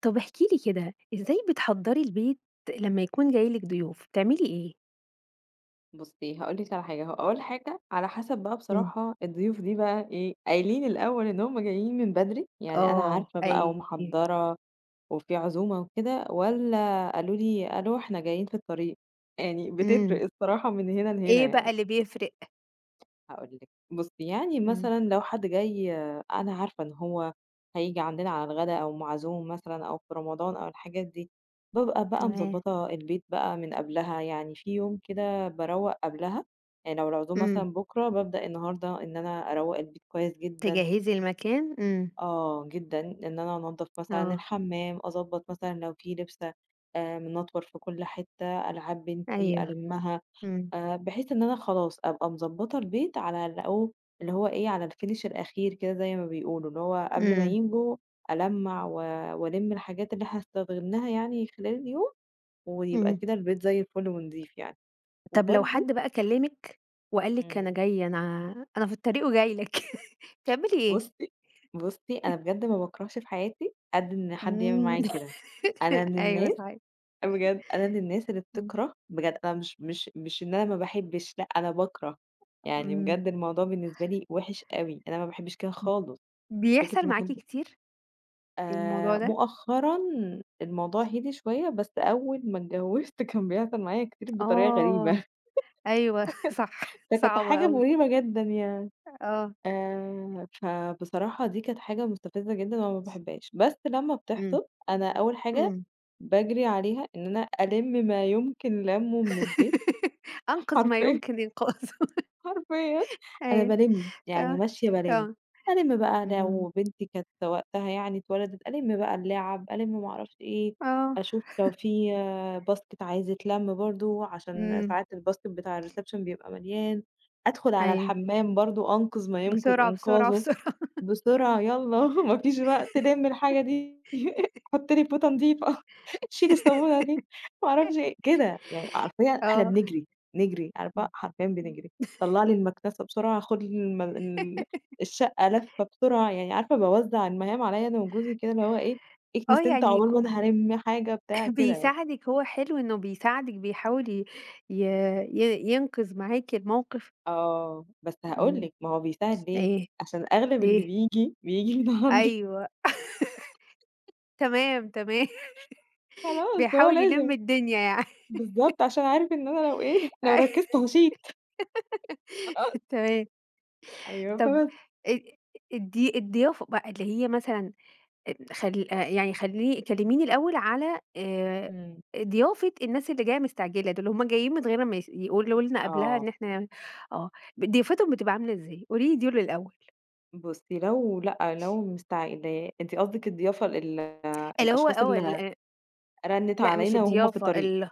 طب احكي لي كده، إزاي بتحضّري البيت لمّا يكون جاي لِك ضيوف، بتعملي إيه؟ بُصّي، هاقول لِك على حاجة، هو أول حاجة على حسب بقى إمم. بصراحة الضيوف دي بقى إيه، قايلين الأول إن هم جايين من بدري، يعني أنا آه، عارفة بقى أيوه. ومحضّرة وفي عزومة وكده، والّا قالوا لي: "ألو إحنا جايين في الطريق." يعني إمم. بتفرق الصراحة من هنا لهنا إيه بقى يعني. اللي بيفرق؟ هاقول لِك، بُصّي، يعني إمم. مثلًا لو حد جاي آه، أنا عارفة إن هو هييجي عندنا على الغدا أو معزوم مثلًا أو في رمضان أو الحاجات دي، بابقى بقى تمام. مضبّطة البيت بقى من قبلها، يعني في يوم كده باروّق قبلها، يعني لو العزومة إمم. مثلًا بُكرة، بابدأ النهارده إن أنا أروّق البيت كويس جدًا، تجهّزي المكان؟ إمم. آه جدًا، إن أنا أنضّف مثلًا آه، الحمّام، أضبّط مثلًا لو في لبسة منطوَر في كل حتة، ألعاب بنتي أيوه. ألمّها. إمم. بحيث إن أنا خلاص أبقى مضبّطة البيت على اللي هو إيه، على الfinish الأخير كده زي ما بيقولوا، اللي هو قبل ما إمم. ييجوا ألمّع و وألِم الحاجات اللي إحنا استخدمناها يعني خلال اليوم، ويبقى إمم. كده البيت زي الفل ونضيف يعني. طب لو وبرضه حد بقى كلّمِك وقال لِك أنا إمم. جاي أنا أنا في الطريق وجاي لك. تعملي إيه؟ بُصّي، بُصّي، أنا بجد ما باكرهش في حياتي قد إن حد يعمل إمم. معايا كده. أنا من أيوه الناس صحيح. بجد أنا من الناس اللي إمم. بتكره بجد أنا مش إن أنا ما باحبش، لأ أنا باكره، يعني إمم. بجد الموضوع بالنسبة لي وِحِش أوي، أنا ما باحبش كده خالص، فكرة بيحصل إن معاكِ حد كتير الموضوع ده؟ مؤخرًا الموضوع هدي شوية، بس أول ما اتجوزت كان بيحصل معايا كتير بطريقة آه. غريبة، أيوه صح. فكانت صعبة حاجة أوي، مريبة جدًا يعني، آه. فبصراحة دي كانت حاجة مستفزة جدًا وأنا ما باحبهاش، بس لمّا إمم، بتحصل أنا أول حاجة إمم. باجري عليها إن أنا ألِم ما يمكن لَمُّه من البيت أنقذ ما حرفيًا. يمكن إنقاذه. حرفيًا أنا أيوه، بالِم، يعني آه، ماشية بالِم، آه. ألِم بقى إمم. لو بنتي كانت وقتها يعني اتولدت، ألِم بقى اللعب، ألِم ما أعرفش إيه، آه. أشوف لو في باسكت عايز يتلَم برضه عشان إمم، ساعات الباسكت بتاع الreception بيبقى مليان، أدخل على أيوه. الحمام برضه أنقذ ما يمكن بسرعة، بسرعة، إنقاذه. بسرعة. آه. بسرعة يالّا ما فيش وقت لِم الحاجة دي، حُط لي فوطة نضيفة، شيل الصابونة دي، ما أعرفش إيه، كده، يعني حرفيًا إحنا آه. بنجري، نجري، عارفة إمم. حرفيًا إمم. بنجري، طلّع لي المكنسة بسرعة، خد لي الم ال الشقة لَفّة بسرعة، يعني عارفة باوزّع المهام عليَّ أنا وجوزي كده اللي هو إيه، آه، اكنس أنت يعني عقبال ما أنا هالِم حاجة بتاع كده يعني، بيساعدِك، هو حلو إنه بيساعدِك، بيحاول ي ي ي ينقذ معاكِ الموقف. آه، بس هاقول إمم، لِك ما هو بيساعد ليه، إيه، عشان أغلب اللي ليه؟ بييجي، بييجي من عنده أيوه، تمام، تمام. خلاص هو بيحاول يلِم لازم الدنيا يعني. بالضبط، عشان عارف إن أنا لو إيه، لو أيوه، ركزت هاشيط. خلاص. تمام. أيوه، طب فبس. أ الضيافة بقى اللي هي مثلًا، خل يعني كلّميني الأول على إمم. ضيافة الناس اللي جاية مستعجلة دول، هم جايين من غير ما يقولوا لنا قبلها آه. إن إحنا آه، ضيافتهم بتبقى عاملة إزاي؟ قولي لي دول الأول. بُصّي، لو لأ، لو مستعجلاه أنتِ قصدِك الضيافة اللي هو الأشخاص آه ال اللي آه، رنِّت لأ مش علينا وهُم في الضيافة الطريق. ال آه،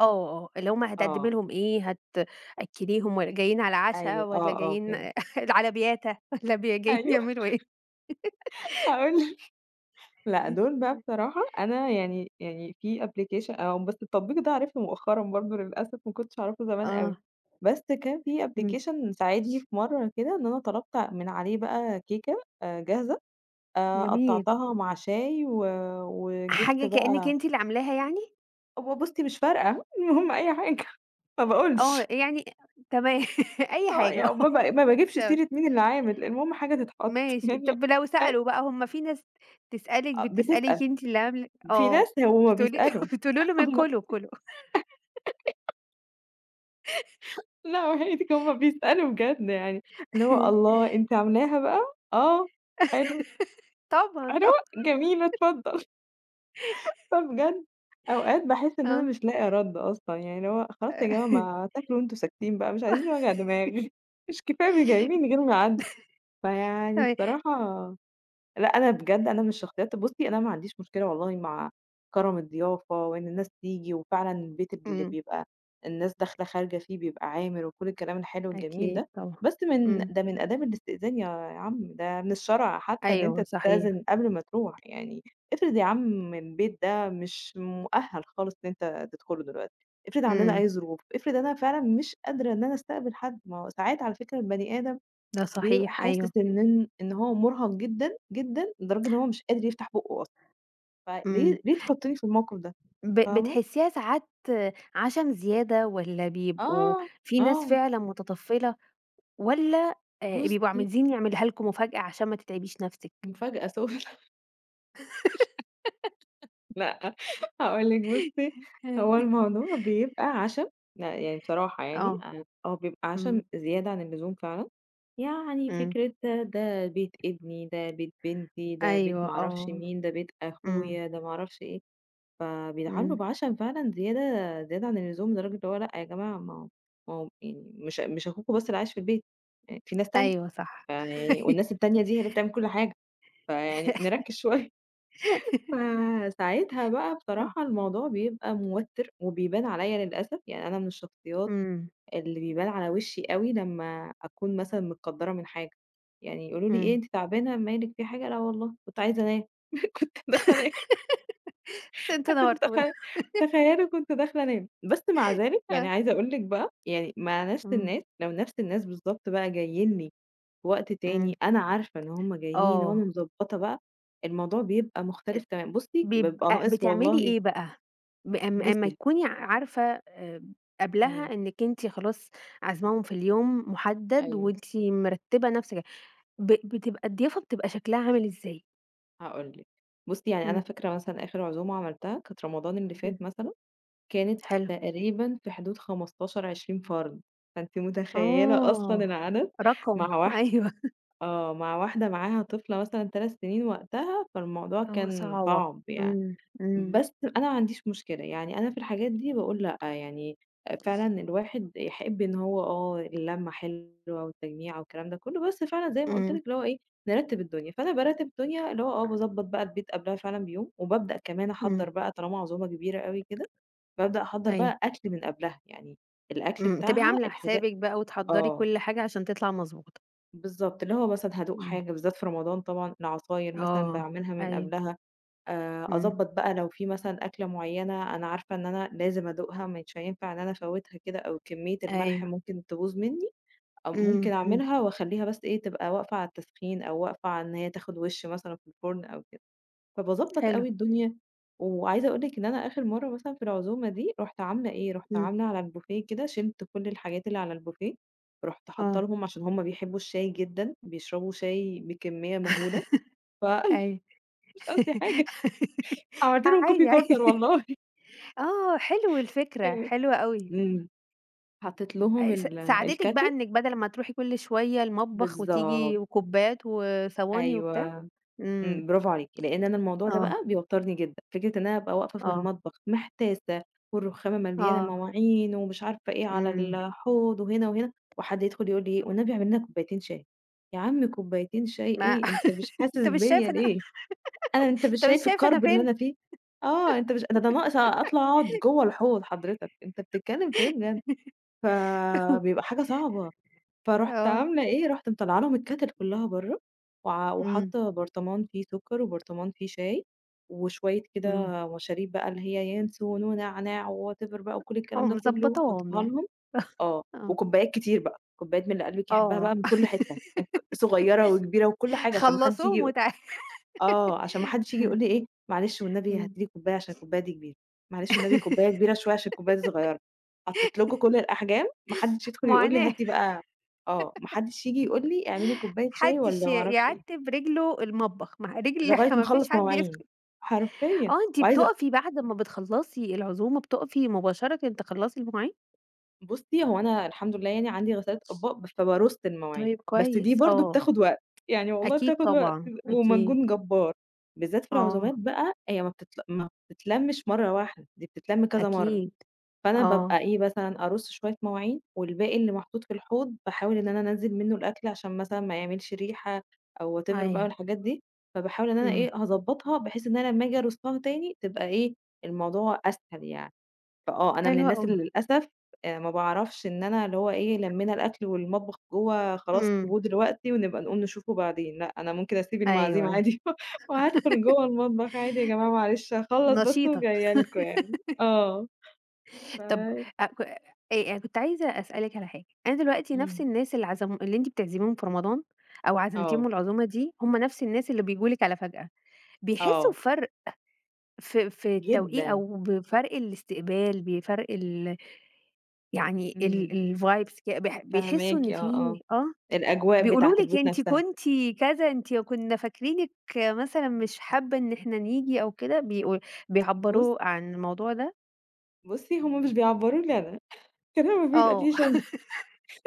آه، آه، اللي هم هتقدّمي آه. لهم إيه، هتأكّليهم والّا جايين على عشا أيوه، والّا آه، آ جايين فهمت. على بياتة والّا جايين أيوه، يعملوا إيه؟ هاقول لِك. لأ، دول بقى بصراحة أنا يعني في application آه، بس التطبيق ده عرفته مؤخرًا برضه للأسف، ما كنتش أعرفه زمان أوي. آه، بس كان في إمم، application ساعدني في مرّة كده إن أنا طلبت من عليه بقى كيكة جاهزة جميل. قطّعتها مع شاي و وجِبت حاجة كإنِّك بقى أنتِ اللي عاملاها يعني؟ هو بُصّي مش فارقة، المهم أي حاجة، ما باقولش، آه، يعني تمام. أي آه، حاجة يعني آه، ما باجيبش تمام سيرة مين اللي عامل، المهم حاجة تتحط ماشي. يعني طَب لو أ سألوا بقى، هم في ناس آه، بتسأل، بتسألِك أنتِ اللي عاملة في آه، ناس هُم بتقولي له بيسألوا، بتقولي لهم إيه، هُم كُلوا، كُلوا. لأ وحياتِك هُم بيسألوا بجد يعني، اللي هو الله أنتِ عاملاها بقى؟ آه، حلو، طبعًا، حلوة، طبعًا. جميلة اتفضل. فبجد أوقات باحس إن أنا آه، مش لاقية رَد أصلًا، يعني اللي هو خلاص يا جماعة ما تاكلوا أنتم ساكتين بقى، مش عايزين وجع دماغ، مش كفاية بي جايبين غير ميعاد، فيعني تمام. بصراحة لأ أنا بجد أنا من الشخصيات بُصّي أنا ما عنديش مشكلة والله مع كرم الضيافة وإن الناس تيجي، وفعلًا البيت اللي إمم، بيبقى الناس داخلة خارجة فيه بيبقى عامر وكل الكلام الحلو الجميل أكيد ده، طبعًا. بس من إمم، ده من آداب الاستئذان يا عم، ده من الشرع حتى إن أنت أيوه صحيح. تستأذن قبل ما تروح، يعني افرض يا عم البيت ده مش مؤهل خالص إن أنت تدخله دلوقتي، افرض عندنا إمم، أي ظروف، افرض أنا فعلًا مش قادرة إن أنا أستقبل حد، ما هو ساعات على فكرة البني آدم ده بيبقى صحيح حاسس أيوه. إن هو مرهق جدًا، جدًا، لدرجة إن هو مش قادر يفتح بُقّه أصلًا، إمم. فليه ليه تحطّني في الموقف ده، فاهمة؟ بتحسيها ساعات عَشَم زيادة والّا بيبقوا آه، في ناس آه، فعلًا متطفّلة؟ والّا بيبقوا بُصّي عايزين يعملها لكم مفاجأة عشان ما تتعبيش نفسِك؟ مفاجأة سُودة لأ، هاقول لِك بُصّي، آه. هو الموضوع بيبقى عشم لأ، يعني بصراحة يعني آه، أنا آه، بيبقى عشم إمم، زيادة عن اللزوم فعلًا، يعني إمم، فكرة ده بيت ابني، ده بيت بنتي، ده بيت أيوه ما أعرفش آه، مين، ده بيت إمم، أخويا، ده ما أعرفش إيه. فبيتعاملوا إمم، بعشم فعلًا زيادة عن اللزوم، لدرجة اللي هو لأ يا جماعة ما هو يعني مش أخوكم بس اللي عايش في البيت، يعني في ناس تانية، أيوه صح. فيعني إمم. والناس التانية دي هي اللي بتعمل كل حاجة، فيعني نركّز شوية. فساعتها بقى بصراحة الموضوع بيبقى موتِّر وبيبان عليّا للأسف، يعني أنا من الشخصيات إمم، اللي بيبان على وشي أوي لمّا أكون مثلًا متقدَّرة من حاجة، يعني يقولوا لي: "إيه إمم، أنتِ تعبانة، مالِك، في حاجة؟" "لا والله كنت عايزة أنام، كنت داخلة أنام." بس أنتم كنت تخ نورتونا. تخيّلي كنت داخلة أنام، بس مع ذلك آه، يعني عايزة أقول لِك بقى يعني مع نفس إمم، الناس لو نفس الناس بالضبط بقى جايين لي في وقت تاني إمم، أنا عارفة إن هُم جايين وأنا آه، مضبّطة بقى، الموضوع بيبقى مختلف تمامًا. بُصّي، بيبقى ناقص بتعملي والله إيه بقى؟ ب أم أمّا بُصّي تكوني عارفة آآ قبلها إمم، إنِّك أنتِ خلاص عازماهم في اليوم محدد أيوه وأنتِ مرتبة نفسِك، ب بتبقى الضيافة بتبقى شكلها عامل إزاي؟ هاقول لِك. بُصّي، يعني أنا إمم، فاكرة مثلًا آخر عزومة عملتها كانت رمضان اللي إمم، فات مثلًا، كانت حلو. تقريبًا في حدود 15، 20 فرد، فأنتِ متخيّلة أصلًا آه، العدد رقم. مع واح أيوه، آه، مع واحدة معاها طفلة مثلًا 3 سنين وقتها، فالموضوع آه كان صعبة، صعب يعني، إمم، إمم، بس أنا ما عنديش مشكلة، يعني أنا في الحاجات دي باقول لأ، يعني فعلًا الواحد يحب إن هو آه، اللمة حلوة والتجميعة والكلام ده كله، بس فعلًا زي ما قُلت إمم، لِك اللي هو إيه، نرتّب الدنيا، فأنا بارتّب الدنيا اللي هو آه، باضبّط بقى البيت قبلها فعلًا بيوم، وبابدأ كمان إمم، أحضّر بقى طالما عزومة كبيرة أوي كده، بابدأ أحضّر أيوه، بقى أكل من قبلها، يعني الأكل إمم، تبقي بتاعها عاملة الحاجات حسابِك بقى وتحضّري آه. كل حاجة عشان تطلع مضبوطة. بالضبط، اللي هو مثلًا هادوق إمم، حاجة بالذات في رمضان طبعًا، العصاير مثلًا آه، باعملها من أيوه، قبلها، إمم، أضبّط بقى لو في مثلًا أكلة معيّنة أنا عارفة إن أنا لازم أدوقها مش هينفع إن أنا أفوّتها كده أو كمية الملح أيوه، ممكن تبوظ منّي، أو إمم، ممكن إمم، أعملها وأخلّيها بس إيه، تبقى واقفة على التسخين أو واقفة على إن هي تاخد وِش مثلًا في الفرن أو كده. فباضبّط حلو، أوي الدنيا، وعايزة أقول لِك إن أنا آخر مرّة مثلًا في العزومة دي، رُحت عاملة إيه، رُحت إمم، عاملة على البوفيه كده شِلت كل الحاجات اللي على البوفيه، رُحت حاطّة آه، لهم عشان هُم بيحبّوا الشاي جدًا، بيشربوا شاي بكمية مهولة، ف أيوه. مش قصدي حاجة، عملت لهم coffee عادي، corner عادي. والله. آه، حلو الفكرة، أيوه. حلوة أوي. إمم. حطّيت لهم س ساعدتِك بقى الكاتل إنِّك بدل ما تروحي كل شوية المطبخ بالضبط، وتيجي، وكوبّات وصواني وبتاع؟ أيوه. إمم، إمم، برافو عليكِ، لإن أنا الموضوع ده آه. بقى بيوتّرني جدًا، فكرة إن أنا أبقى واقفة في آه، المطبخ محتاسة والرخامة مليانة آه، مواعين ومش عارفة إيه على إمم، الحوض وهنا وهنا، وحد يدخل يقول لي إيه: "والنبي اعمل لنا كوبايتين شاي." يا عم كوبايتين شاي ما إيه، أنت مش أنت حاسس مش شايف بيّا أنا، ليه؟ أنت مش شايف الكرب اللي فين؟ أنا فيه؟ آه، أنت مش ده أنا ده ناقص أطلع أقعد جوّه الحوض حضرتك، أنت بتتكلم في إيه بجد؟ فبيبقى حاجة صعبة. فرُحت آه، عاملة إيه، رُحت مطلّعة لهم الكاتل كلّها برّه، وع إمم، وحاطة برطمان فيه سُكّر وبرطمان فيه شاي، وشوية كده إمم، مشاريب بقى اللي هي ينسون ونعناع وwhatever بقى وكل آه، الكلام ده كلّه مضبطاهم حاطّاها يعني. لهم آه، آه، وكوبايات كتير بقى، كوبايات من اللي قلبِك يحبها آه، بقى من كل حتّة، صغيّرة وكبيرة وكل حاجة عشان ما حدّش خلّصوهم ييجي وتعالَ. آه، عشان ما حدش ييجي يقول لي إيه، معلش والنبي هات إمم، لي كوباية عشان الكوباية دي كبيرة، معلش والنبي كوباية كبيرة شوية عشان الكوباية دي صغيرة، حطيت لكم كل الأحجام، ما حدش يدخل يقول لي معاناة. هاتي بقى آه، ما حدش ييجي يقول لي اعملي كوباية شاي حدش والّا ي ما أعرفش إيه، يعتّب رجله المطبخ، ما رجل لغاية ما ما فيش أخلّص حد مواعين، يدخل. حرفيًا. آه، أنتِ وعايزة بتقفي بعد ما بتخلّصي العزومة، بتقفي مباشرةً تخلّصي المواعين؟ بُصّي، هو أنا الحمد لله يعني عندي غسالة أطباق فبارُص المواعين، طيب بس دي كويس، برضه آه. بتاخد وقت، يعني والله أكيد بتاخد وقت طبعًا، أكيد. ومجهود جبار، بالذات في العزومات آه، بقى هي ما بتتلمش مرة واحدة، دي بتتلم كذا مرة. أكيد. فأنا آه، بابقى إيه مثلًا أرُص شوية مواعين، والباقي اللي محطوط في الحوض باحاول إن أنا أنزّل منه الأكل عشان مثلًا ما يعملش ريحة أو whatever بقى أيوه، والحاجات دي، فباحاول إن أنا إمم، إيه هاضبّطها بحيث إن أنا لمّا آجي أرصّها تاني تبقى إيه الموضوع أسهل يعني، فآه أنا من حلو الناس أوي. اللي للأسف ما باعرفش إن أنا اللي هو إيه لمّينا الأكل والمطبخ جوّه خلاص إمم. سيبوه دلوقتي ونبقى نقوم نشوفه بعدين، لأ أنا ممكن أسيب أيوه، المعازيم أيوه، عادي وهادخل جوّه المطبخ عادي يا جماعة معلش هاخلّص بس نشيطة. وجاية لكم يعني، آه ف طب أ ك كنت عايزة أسألِك على حاجة. أنا دلوقتي نفس إمم. الناس اللي أنتِ بتعزميهم في رمضان أو عزمتيهم آه، العزومة دي، هم نفس الناس اللي بييجوا لِك على فجأة، بيحسوا آه، بفرق في التوقيت جدًا، أو بفرق الاستقبال، بفرق ال يعني إمم، الvibes، ك بيح بيحسوا فاهماكِ، إن آه، في آه، آه، الأجواء بيقولوا بتاعة لِك البيت أنتِ نفسها. كنتِ كذا، أنتِ كنا فاكرينِك مثلًا مش حابة إن إحنا نيجي أو كده، بُص بيعبّروا عن الموضوع ده؟ بُصّي هُم مش بيعبّروا لي أنا، الكلام ما آه، بيتقاليش أنا،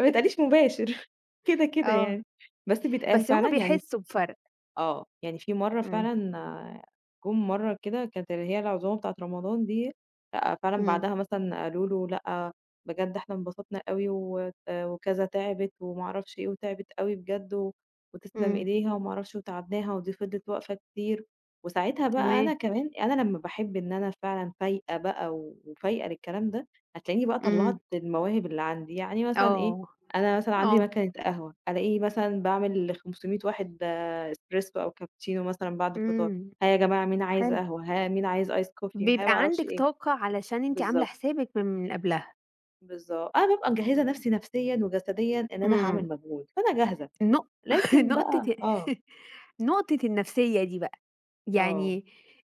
ما بيتقاليش مباشر كده، كده آه. يعني، بس بيتقال بس هم فعلًا يعني بيحسّوا بفرق. آه، يعني في مرّة إمم، فعلًا آه، جُم مرّة كده كانت اللي هي العزومة بتاعة رمضان دي، لأ فعلًا إمم، بعدها مثلًا قالوا له: "لأ بجد إحنا انبسطنا أوي وت وكذا تعبِت وما أعرفش إيه، وتعبِت أوي بجد و وتسلم إمم، إيديها وما أعرفش وتعبناها ودي فضلِت واقفة كتير." وساعتها بقى تمام، أنا كمان أنا لمّا باحب إن أنا فعلًا فايقة بقى و- وفايقة للكلام ده، هتلاقيني بقى طلّعت إمم، المواهب اللي عندي، يعني مثلًا إيه، آه، أنا مثلًا عندي آه، مكنة قهوة، ألاقيني مثلًا باعمل ل500 واحد إسبريسو أو كابتشينو مثلًا بعد الفطار، إمم، ها يا جماعة مين عايز حلو. قهوة، ها مين عايز ice coffee ها بيبقى ما أعرفش عندِك إيه. طاقة علشان أنتِ عاملة بالضبط، حسابِك من قبلها. بالضبط. أنا بابقى مجهّزة نفسي نفسيًا وجسديًا إن أنا إمم، هاعمل مجهود، فأنا جاهزة. نق لكن نقطة. بقى آه، نقطة النفسية دي بقى، آه، يعني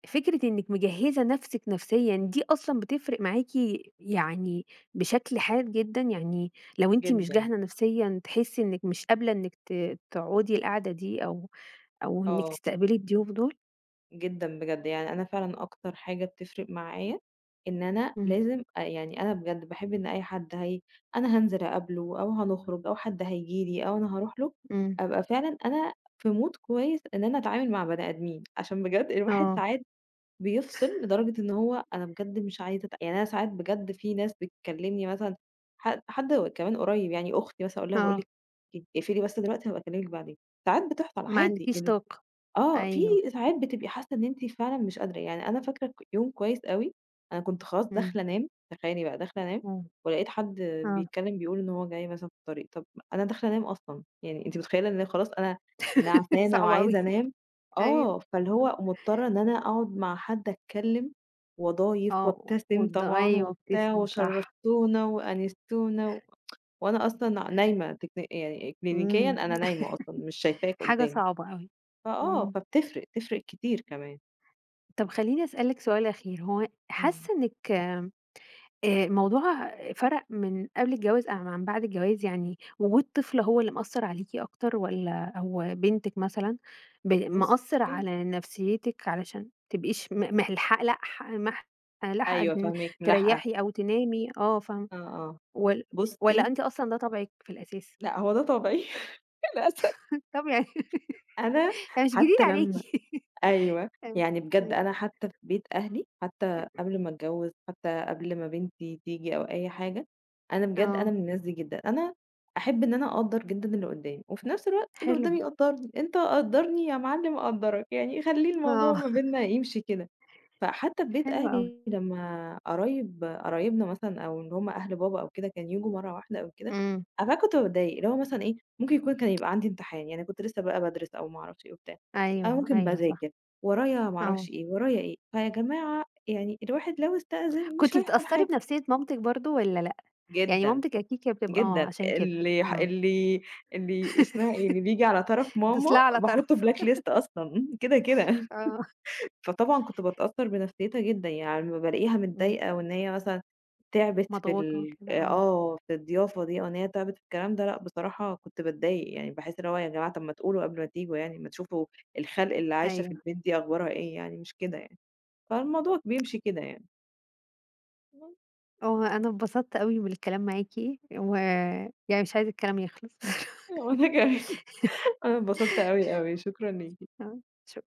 فكرة إنِّك مجهّزة نَفْسِك نفسيًا دي أصلًا بتفرق معاكِ يعني بشكل حاد جدًا. يعني لو أنتِ مش جدًا. جاهزة نفسيًا، تحسّي إنِّك مش قابلة إنِّك تقعدي القعدة دي أو إنِّك آه. تستقبلي الضيوف دول؟ جدًا بجد، يعني أنا فعلًا أكتر حاجة بتفرق معايا إن أنا إمم، لازم أ يعني أنا بجد باحب إن أي حد هي أنا هانزل أقابله أو هنخرج أو حد هييجي لي أو أنا هاروح له، إمم، أبقى فعلًا أنا في mood كويس إن أنا أتعامل مع بني آدمين، عشان بجد الواحد آه، ساعات بيفصل لدرجة إن هو أنا بجد مش عايزة أت يعني أنا ساعات بجد في ناس بتكلمني مثلًا حد كمان قريب يعني أختي مثلًا أقول لها باقول آه، لِك اقفلي بس دلوقتي هابقى أكلمِك بعدين، ساعات بتحصل ما عادي عندكيش طاقة. آه، في أيوه، ساعات بتبقي حاسة إن أنتِ فعلًا مش قادرة، يعني أنا فاكرة يوم كويس أوي، أنا كنت خلاص إمم، داخلة أنام، تخيلي بقى داخلة أنام، آه، ولقيت حد آه، بيتكلم بيقول إن هو جاي مثلًا في الطريق، طب أنا داخلة أنام أصلًا، يعني أنتِ متخيلة إن خلاص أنا نعسانة صعبة أوي. وعايزة أنام، أيوه، آه، فاللي إمم، هو مضطرة إن أنا أقعد مع حد أتكلم وأضايف آه، وأبتسم طبعًا أيوه وبتاع بتسند صح. وشرفتونا وأنستونا، و... وأنا أصلًا نايمة تكن يعني كلينيكيًا إمم، أنا نايمة أصلًا مش شايفاك حاجة قدّامي. صعبة أوي. فآه، إمم، فبتفرق، تفرق كتير كمان. طب خلّيني أسألِك سؤال أخير. هو إمم. حاسة إنِّك الموضوع فرَق من قبل الجواز أم عن بعد الجواز؟ يعني وجود طفل هو اللي مأثّر عليكِ أكتر، والّا أو بنتِك مثلًا مأثّر بُصّي على نفسيتِك علشان ما تبقيش م ملحق لح مح لاحقة أيوه إن فاهماكِ، ملاحقة، تريّحي أو تنامي، آه فاهمة. آه، آه. وال بُصّي، والّا أنتِ أصلًا ده طبعِك في الأساس؟ لأ هو ده طبعي للأسف. طب يعني. أنا هي مش جديد حتى عليكِ. لمّا أيوه، آه، يعني بجد إمم، أنا حتى في بيت أهلي، حتى قبل ما أتجوّز، حتى قبل ما بنتي تيجي أو أي حاجة، أنا بجد أنا آه، من الناس دي جدًا، أنا أحب إن أنا أقدّر جدًا اللي قدّامي، وفي نفس الوقت اللي حلو. قدّامي يقدّرني، أنت قدّرني يا معلم أقدّرك، يعني خلّي الموضوع آه، ما بيننا يمشي كده. فحتى في بيت حلو أوي. أهلي لمّا قرايبنا مثلًا أو اللي هم أهل بابا أو كده كانوا ييجوا مرّة واحدة أو كده، إمم، أنا بقى كنت باتضايق، اللي هو مثلًا إيه، ممكن يكون كان يبقى عندي امتحان، يعني كنت لسه بقى بادرس أو ما أعرفش إيه وبتاع، أنا أيوه، ممكن أيوه صح، باذاكر، ورايا ما آه. أعرفش إيه، ورايا إيه، فيا جماعة يعني الواحد لو استأذن مش كنتِ هيحصل بتأثّري حاجة. بنفسية مامتِك برضه والّا لأ؟ يعني جدًا، مامتِك أكيد كانت بتبقى آه، جدًا، عشان كده. إمم. اللي اسمها إيه، اللي بييجي على طرف دوس لها ماما على باحطه طرف. black list أصلًا، كده، كده. آه، فطبعًا كنت باتأثّر بنفسيتها جدًا، يعني لمّا بالاقيها إمم، متضايقة وإن هي مثلًا تعبِت في مضغوطة وكده، آه، آه، في الضيافة دي أو إن هي تعبِت في الكلام ده، لأ بصراحة كنت باتضايق، يعني باحس اللي هو يا جماعة طَب ما تقولوا قبل ما تيجوا يعني، ما تشوفوا الخلق اللي عايشة في أيوه. البيت دي أخبارها إيه يعني، مش كده يعني، فالموضوع بيمشي كده يعني. بس هو أنا اتبسطت أوي بالكلام معاكِ، ويعني مش عايزة الكلام يخلص. وأنا كمان أنا اتبسطت أوي، أوي، شكرًا ليكِ. آه، شكرًا.